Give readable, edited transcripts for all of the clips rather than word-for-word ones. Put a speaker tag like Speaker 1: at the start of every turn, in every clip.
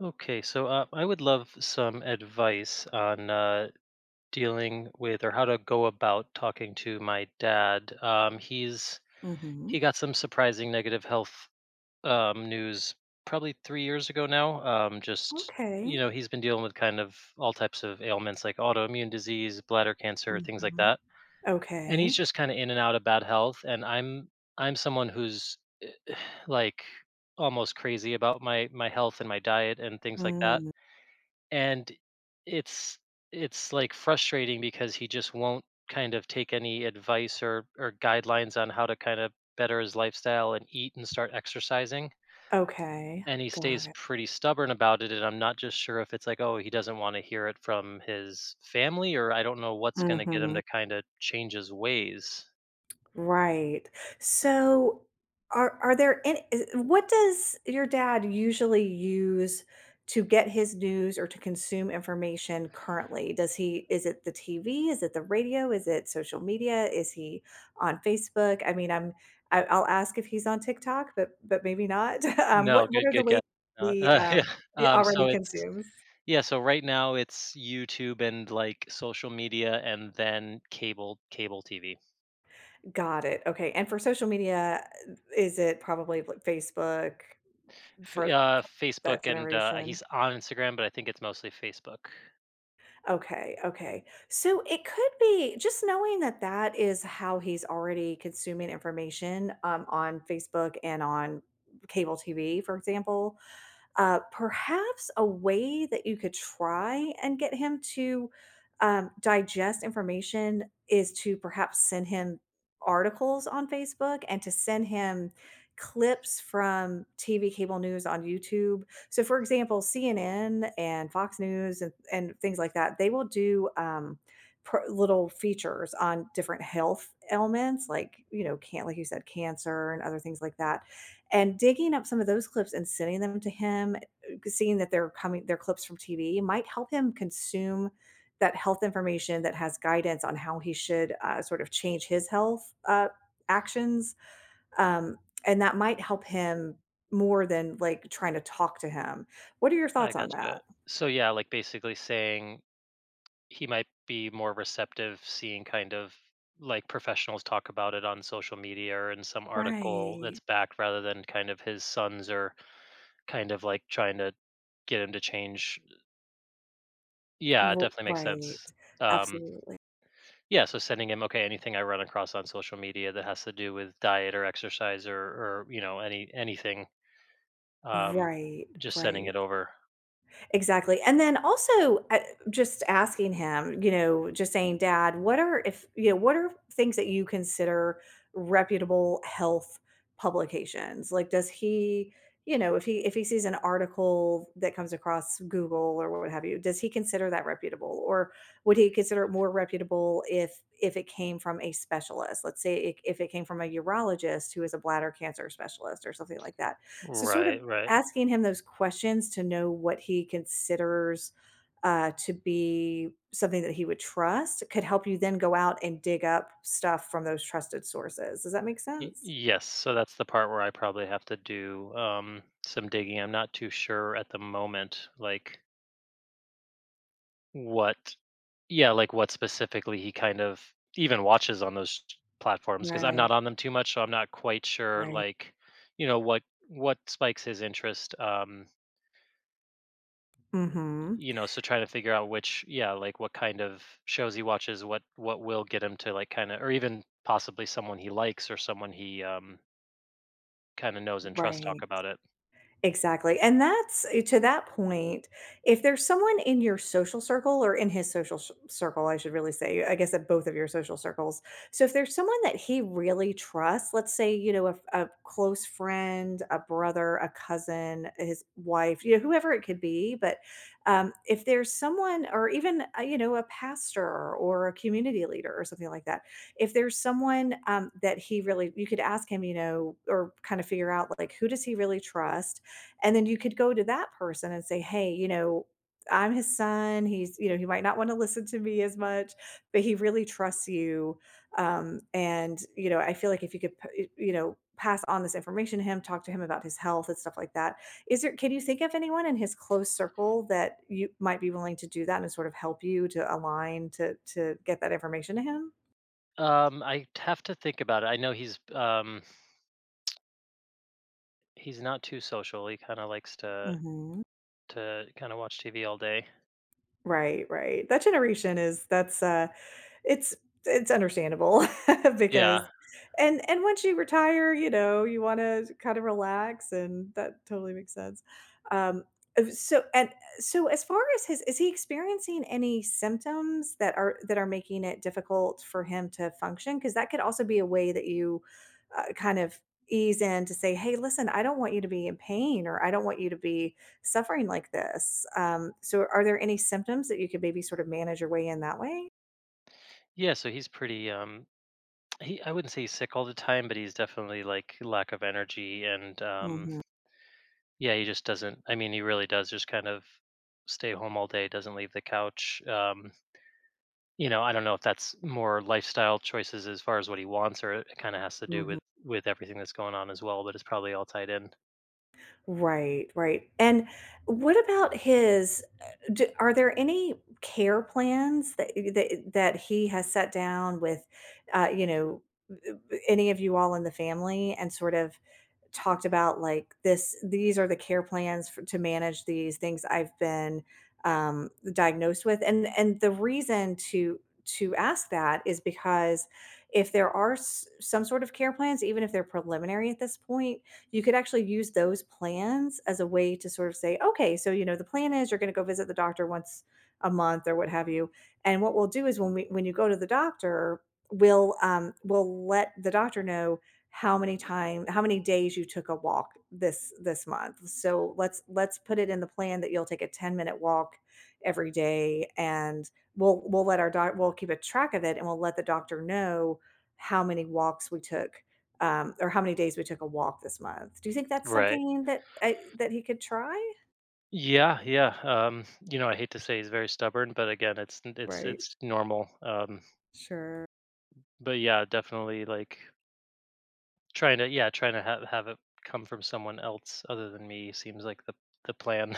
Speaker 1: Okay, so I would love some advice on dealing with or how to go about talking to my dad. He
Speaker 2: Mhm.
Speaker 1: got some surprising negative health news probably 3 years ago now.
Speaker 2: Okay.
Speaker 1: He's been dealing with kind of all types of ailments like autoimmune disease, bladder cancer, things like
Speaker 2: Mhm.
Speaker 1: that. And he's
Speaker 2: Okay.
Speaker 1: just kind of in and out of bad health. And I'm someone who's eh, like almost crazy about my health and my diet and things like that
Speaker 2: Mm.
Speaker 1: and it's it's like frustrating because he just won't kind of take any advice or guidelines on how to kind of better his lifestyle and eat and start exercising,
Speaker 2: Okay.
Speaker 1: and he
Speaker 2: Got
Speaker 1: stays
Speaker 2: it.
Speaker 1: pretty stubborn about it. And I'm not just sure if it's like, oh, he doesn't want to hear it from his family, or I don't know what's going to get him
Speaker 2: Mhm.
Speaker 1: to kind of change his ways.
Speaker 2: Right. So are there any I what does your dad usually use to get his news or to consume information currently? Does he, is it the TV? Is it the radio? Is it social media? Is he on Facebook? I mean, I'll ask if he's on TikTok, but maybe not. Um,
Speaker 1: No,
Speaker 2: what what
Speaker 1: good
Speaker 2: are the
Speaker 1: good guess.
Speaker 2: ways
Speaker 1: Uh,
Speaker 2: he
Speaker 1: Yeah.
Speaker 2: um, he
Speaker 1: So
Speaker 2: already
Speaker 1: it's
Speaker 2: consumes?
Speaker 1: Yeah, so right now it's YouTube and like social media and then cable TV.
Speaker 2: Got it. Okay. And for social media, is it probably like Facebook
Speaker 1: F
Speaker 2: for that
Speaker 1: Facebook and,
Speaker 2: generation?
Speaker 1: he's on Instagram, but I think it's mostly Facebook.
Speaker 2: Okay. Okay. So it could be just knowing that that is how he's already consuming information on Facebook and on cable TV, for example. Perhaps a way that you could try and get him to digest information is to perhaps send him articles on Facebook and to send him clips from TV cable news on YouTube. So, for example, CNN and Fox News and, things like that, they will do little features on different health ailments, like, you know, can't, like you said, cancer and other things like that. And digging up some of those clips and sending them to him, seeing that they're clips from TV might help him consume that health information that has guidance on how he should, sort of change his health, actions, um, and that might help him more than, like, trying to talk to him. What are your
Speaker 1: I
Speaker 2: thoughts on
Speaker 1: gotcha.
Speaker 2: that?
Speaker 1: So, yeah, like, basically saying he might be more receptive seeing, kind of, like, professionals talk about it on social media or in some article
Speaker 2: Right.
Speaker 1: that's backed rather than kind of his sons, or kind of, like, trying to get him to change. Yeah, it
Speaker 2: R
Speaker 1: definitely makes sense.
Speaker 2: Right.
Speaker 1: Um,
Speaker 2: Absolutely.
Speaker 1: yeah, so sending him, "Okay, anything I run across on social media that has to do with diet or exercise or, you know, anything um,
Speaker 2: Right,
Speaker 1: just sending
Speaker 2: right.
Speaker 1: it over."
Speaker 2: Exactly, and then also, just asking him, you know, just saying, "Dad, what are if you know, what are things that you consider reputable health publications?" Like, does he, you know, if he sees an article that comes across Google or what have you, does he consider that reputable? Or would he consider it more reputable if it came from a specialist? Let's say, I if it came from a urologist who is a bladder cancer specialist or something like that. So sort of
Speaker 1: Right, right.
Speaker 2: asking him those questions to know what he considers, to be something that he would trust, could help you then go out and dig up stuff from those trusted sources. Does that make sense?
Speaker 1: Yes, so that's the part where I probably have to do some digging. I'm not too sure at the moment, like what, yeah, like what specifically he kind of even watches on those platforms, because I'm
Speaker 2: Right,
Speaker 1: not on them too much, so I'm not quite sure,
Speaker 2: right.
Speaker 1: like, you know, what spikes his interest.
Speaker 2: Mhm.
Speaker 1: You know, so trying to figure out which, yeah, like what kind of shows he watches, what will get him to like, kind of, or even possibly someone he likes or someone he kind of knows and trusts talk
Speaker 2: Right.
Speaker 1: about it.
Speaker 2: Exactly, and that's, to that point, if there's someone in your social circle or in his social c circle, I should really say, I guess at both of your social circles. So if there's someone that he really trusts, let's say, you know, a close friend, a brother, a cousin, his wife, you know, whoever it could be, but, if there's someone or even, you know, a pastor or a community leader or something like that, if there's someone, that he really you could ask him, you know, or kind of figure out, like, who does he really trust? And then you could go to that person and say, "Hey, you know, I'm his son. He's, you know, he might not want to listen to me as much, but he really trusts you. And, you know, I feel like if you could, you know, pass on this information to him, talk to him about his health and stuff like that. Is there, can you think of anyone in his close circle that you might be willing to do that and sort of help you to align to get that information to him?"
Speaker 1: I have to think about it. I know he's not too social, he kind of likes
Speaker 2: Hmm.
Speaker 1: to kind of watch TV all day.
Speaker 2: Right, right. That generation is, that's, It's it's understandable
Speaker 1: Yeah,
Speaker 2: because, and once you retire, you know, you wanna kind of relax, and that totally makes sense. Um, uh, so and so as far as his is he experiencing any symptoms that are making it difficult for him to function? Because that could also be a way that you, kind of ease in to say, "Hey, listen, I don't want you to be in pain, or I don't want you to be suffering like this." So are there any symptoms that you could maybe sort of manage your way in that way?
Speaker 1: yeah, so he's pretty he, I wouldn't say he's sick all the time, but he's definitely like lack of energy and
Speaker 2: Mhm,
Speaker 1: yeah, he just doesn't, I mean, he really does just kind of stay home all day, doesn't leave the couch. You know, I don't know if that's more lifestyle choices as far as what he wants or it kind of has to do
Speaker 2: mhm.
Speaker 1: with everything that's going on as well, but it's probably all tied in.
Speaker 2: Right, right, and what about his, are there any care plans that he has set down with, you know, uh, any of you all in the family, and sort of talked about, like, this these are the care plans for, to manage these things I've been diagnosed with? And the reason to ask that is because if there are some sort of care plans, even if they're preliminary at this point, you could actually use those plans as a way to sort of say, okay, so you know the plan is you're going to go visit the doctor once a month or what have you, and what we'll do is when you go to the doctor, we'll let the doctor know how many days you took a walk this month. So let's put it in the plan that you'll take a 10-minute walk every day, and we'll let our doc we'll keep a track of it, and we'll let the doctor know how many walks we took, or how many days we took a walk this month. Do you think that's
Speaker 1: Right.
Speaker 2: something that that he could try?
Speaker 1: Yeah, yeah. You know, I hate to say he's very stubborn, but again, it's n-
Speaker 2: Right.
Speaker 1: it's normal.
Speaker 2: Sure.
Speaker 1: But yeah, definitely like trying to, yeah, trying to have it come from someone else other than me seems like the plan.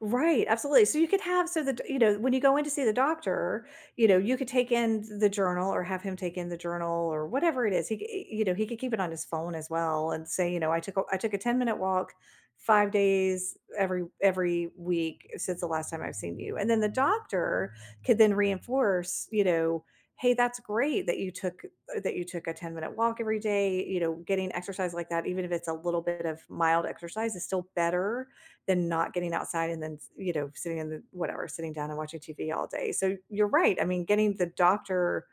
Speaker 2: Right, absolutely. So you could have, so that, you know, when you go in to see the doctor, you know, you could take in the journal or have him take in the journal or whatever it is. You know, he could keep it on his phone as well and say, you know, I took a 10-minute walk 5 days every week since the last time I've seen you. And then the doctor could then reinforce, you know, hey, that's great that you took a 10-minute walk every day, you know, getting exercise like that, even if it's a little bit of mild exercise, is still better than not getting outside and then, you know, sitting in the whatever, sitting down and watching TV all day. So you're right. I mean, getting the doctor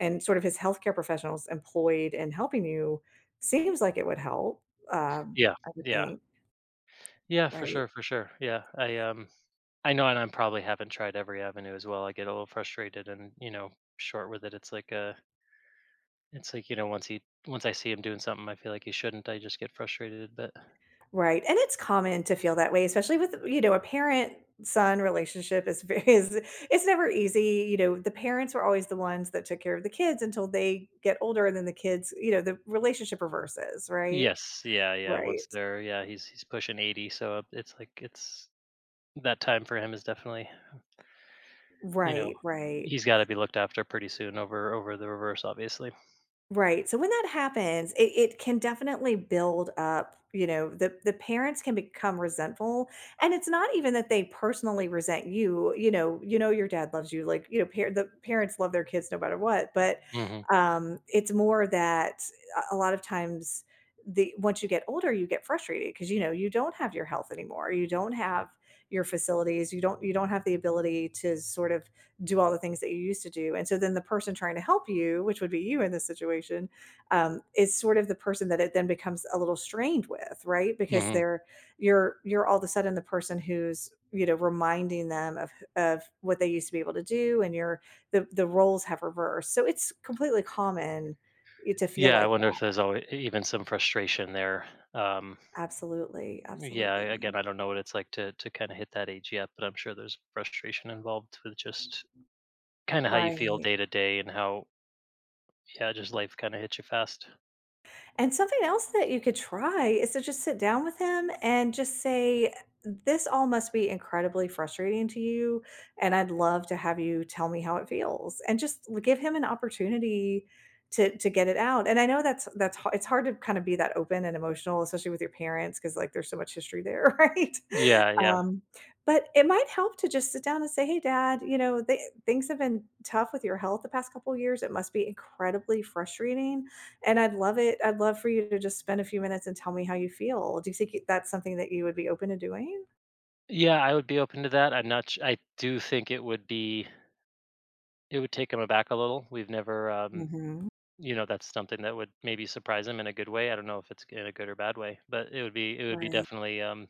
Speaker 2: and sort of his healthcare professionals employed and helping you seems like it would help, um,
Speaker 1: Yeah,
Speaker 2: I would
Speaker 1: yeah.
Speaker 2: think.
Speaker 1: Yeah, for
Speaker 2: Right.
Speaker 1: sure, for sure. Yeah. I know, and I probably haven't tried every avenue as well. I get a little frustrated and, you know, short with it. It's like, you know, once I see him doing something I feel like he shouldn't, I just get frustrated. But
Speaker 2: Right. And it's common to feel that way, especially with, you know, a parent son relationship is very is it's never easy. You know, the parents were always the ones that took care of the kids until they get older, and then the kids, you know, the relationship reverses, right?
Speaker 1: yes, yeah, yeah.
Speaker 2: Right.
Speaker 1: He's pushing 80, so it's like it's that time for him is definitely, you know,
Speaker 2: Right. Right.
Speaker 1: he's got to be looked after pretty soon over over the reverse, obviously.
Speaker 2: Right, so when that happens, it can definitely build up, you know, the parents can become resentful, and it's not even that they personally resent you, you know your dad loves you, like, you know, par the parents love their kids no matter what, but,
Speaker 1: hmm
Speaker 2: it's more that a lot of times the once you get older, you get frustrated because you know, you don't have your health anymore, you don't have your facilities, you don't have the ability to sort of do all the things that you used to do. And so then the person trying to help you, which would be you in this situation, is sort of the person that it then becomes a little strained with, right? Because
Speaker 1: hmm
Speaker 2: they're you're all of a sudden the person who's, you know, reminding them of what they used to be able to do, and you're the roles have reversed. So it's completely common, to feel
Speaker 1: Yeah, I
Speaker 2: like
Speaker 1: wonder
Speaker 2: that.
Speaker 1: if there's always even some frustration there. Um,
Speaker 2: Absolutely,
Speaker 1: Yeah,
Speaker 2: absolutely,
Speaker 1: again, I don't know what it's like to kind of hit that age yet, but I'm sure there's frustration involved with just kind of how you feel
Speaker 2: right?
Speaker 1: day to day and how, yeah, just life kind of hits you fast.
Speaker 2: And something else that you could try is to just sit down with him and just say, this all must be incredibly frustrating to you. And I'd love to have you tell me how it feels. And just, give him an opportunity to, get it out. And I know that's, it's hard to kind of be that open and emotional, especially with your parents, because like there's so much history there. Right?
Speaker 1: Yeah, yeah.
Speaker 2: Um, but it might help to just sit down and say, hey dad, you know, things have been tough with your health the past couple years, it must be incredibly frustrating, and I'd love for you to just spend a few minutes and tell me how you feel. Do you think that's something that you would be open to doing?
Speaker 1: Yeah, I would be open to that. I'm not sh- I do think it would be it would take him aback a little. We've never
Speaker 2: Mhm.
Speaker 1: you know, that's something that would maybe surprise him in a good way. I don't know if it's in a good or bad way, but it would be
Speaker 2: Right.
Speaker 1: definitely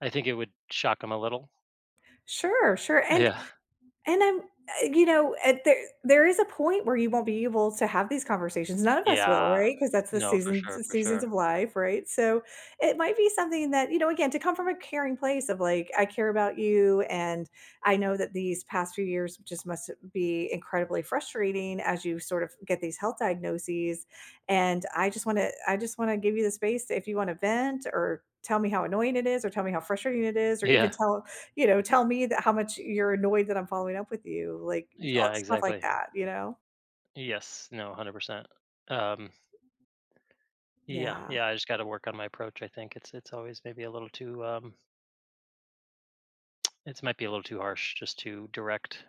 Speaker 1: I think it would shock him a little.
Speaker 2: Sure, sure, and
Speaker 1: Yeah.
Speaker 2: And I'm, you know, at there is a point where you won't be able to have these conversations, none of us will,
Speaker 1: Yeah.
Speaker 2: right? Because that's the
Speaker 1: No, for sure, for
Speaker 2: seasons
Speaker 1: sure.
Speaker 2: of life, right? So, it might be something that, you know, again, to come from a caring place of like, "I care about you, and I know that these past few years just must be incredibly frustrating as you sort of get these health diagnoses, and I just wanna give you the space to, if you wanna vent or tell me how annoying it is or tell me how frustrating it is or even
Speaker 1: Yeah.
Speaker 2: tell" You know, tell me that how much you're annoyed that I'm following up with you, like,
Speaker 1: Yeah,
Speaker 2: stuff like
Speaker 1: exactly.
Speaker 2: that, you know?
Speaker 1: Yes, no, 100%. Um, yeah,
Speaker 2: Yeah,
Speaker 1: yeah, I just got to work on my approach. I think it's always maybe a little too it's might be a little too harsh, just too direct.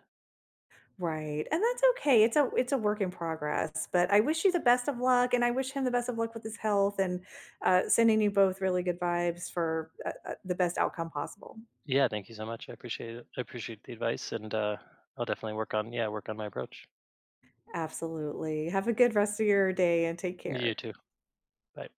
Speaker 2: right, and that's okay, it's a work in progress, but I wish you the best of luck, and I wish him the best of luck with his health, and, sending you both really good vibes for, the best outcome possible.
Speaker 1: Yeah, thank you so much. I appreciate it. I appreciate the advice, and I'll definitely work on, yeah, work on my approach.
Speaker 2: Absolutely, have a good rest of your day and take
Speaker 1: You
Speaker 2: care.
Speaker 1: too. Bye.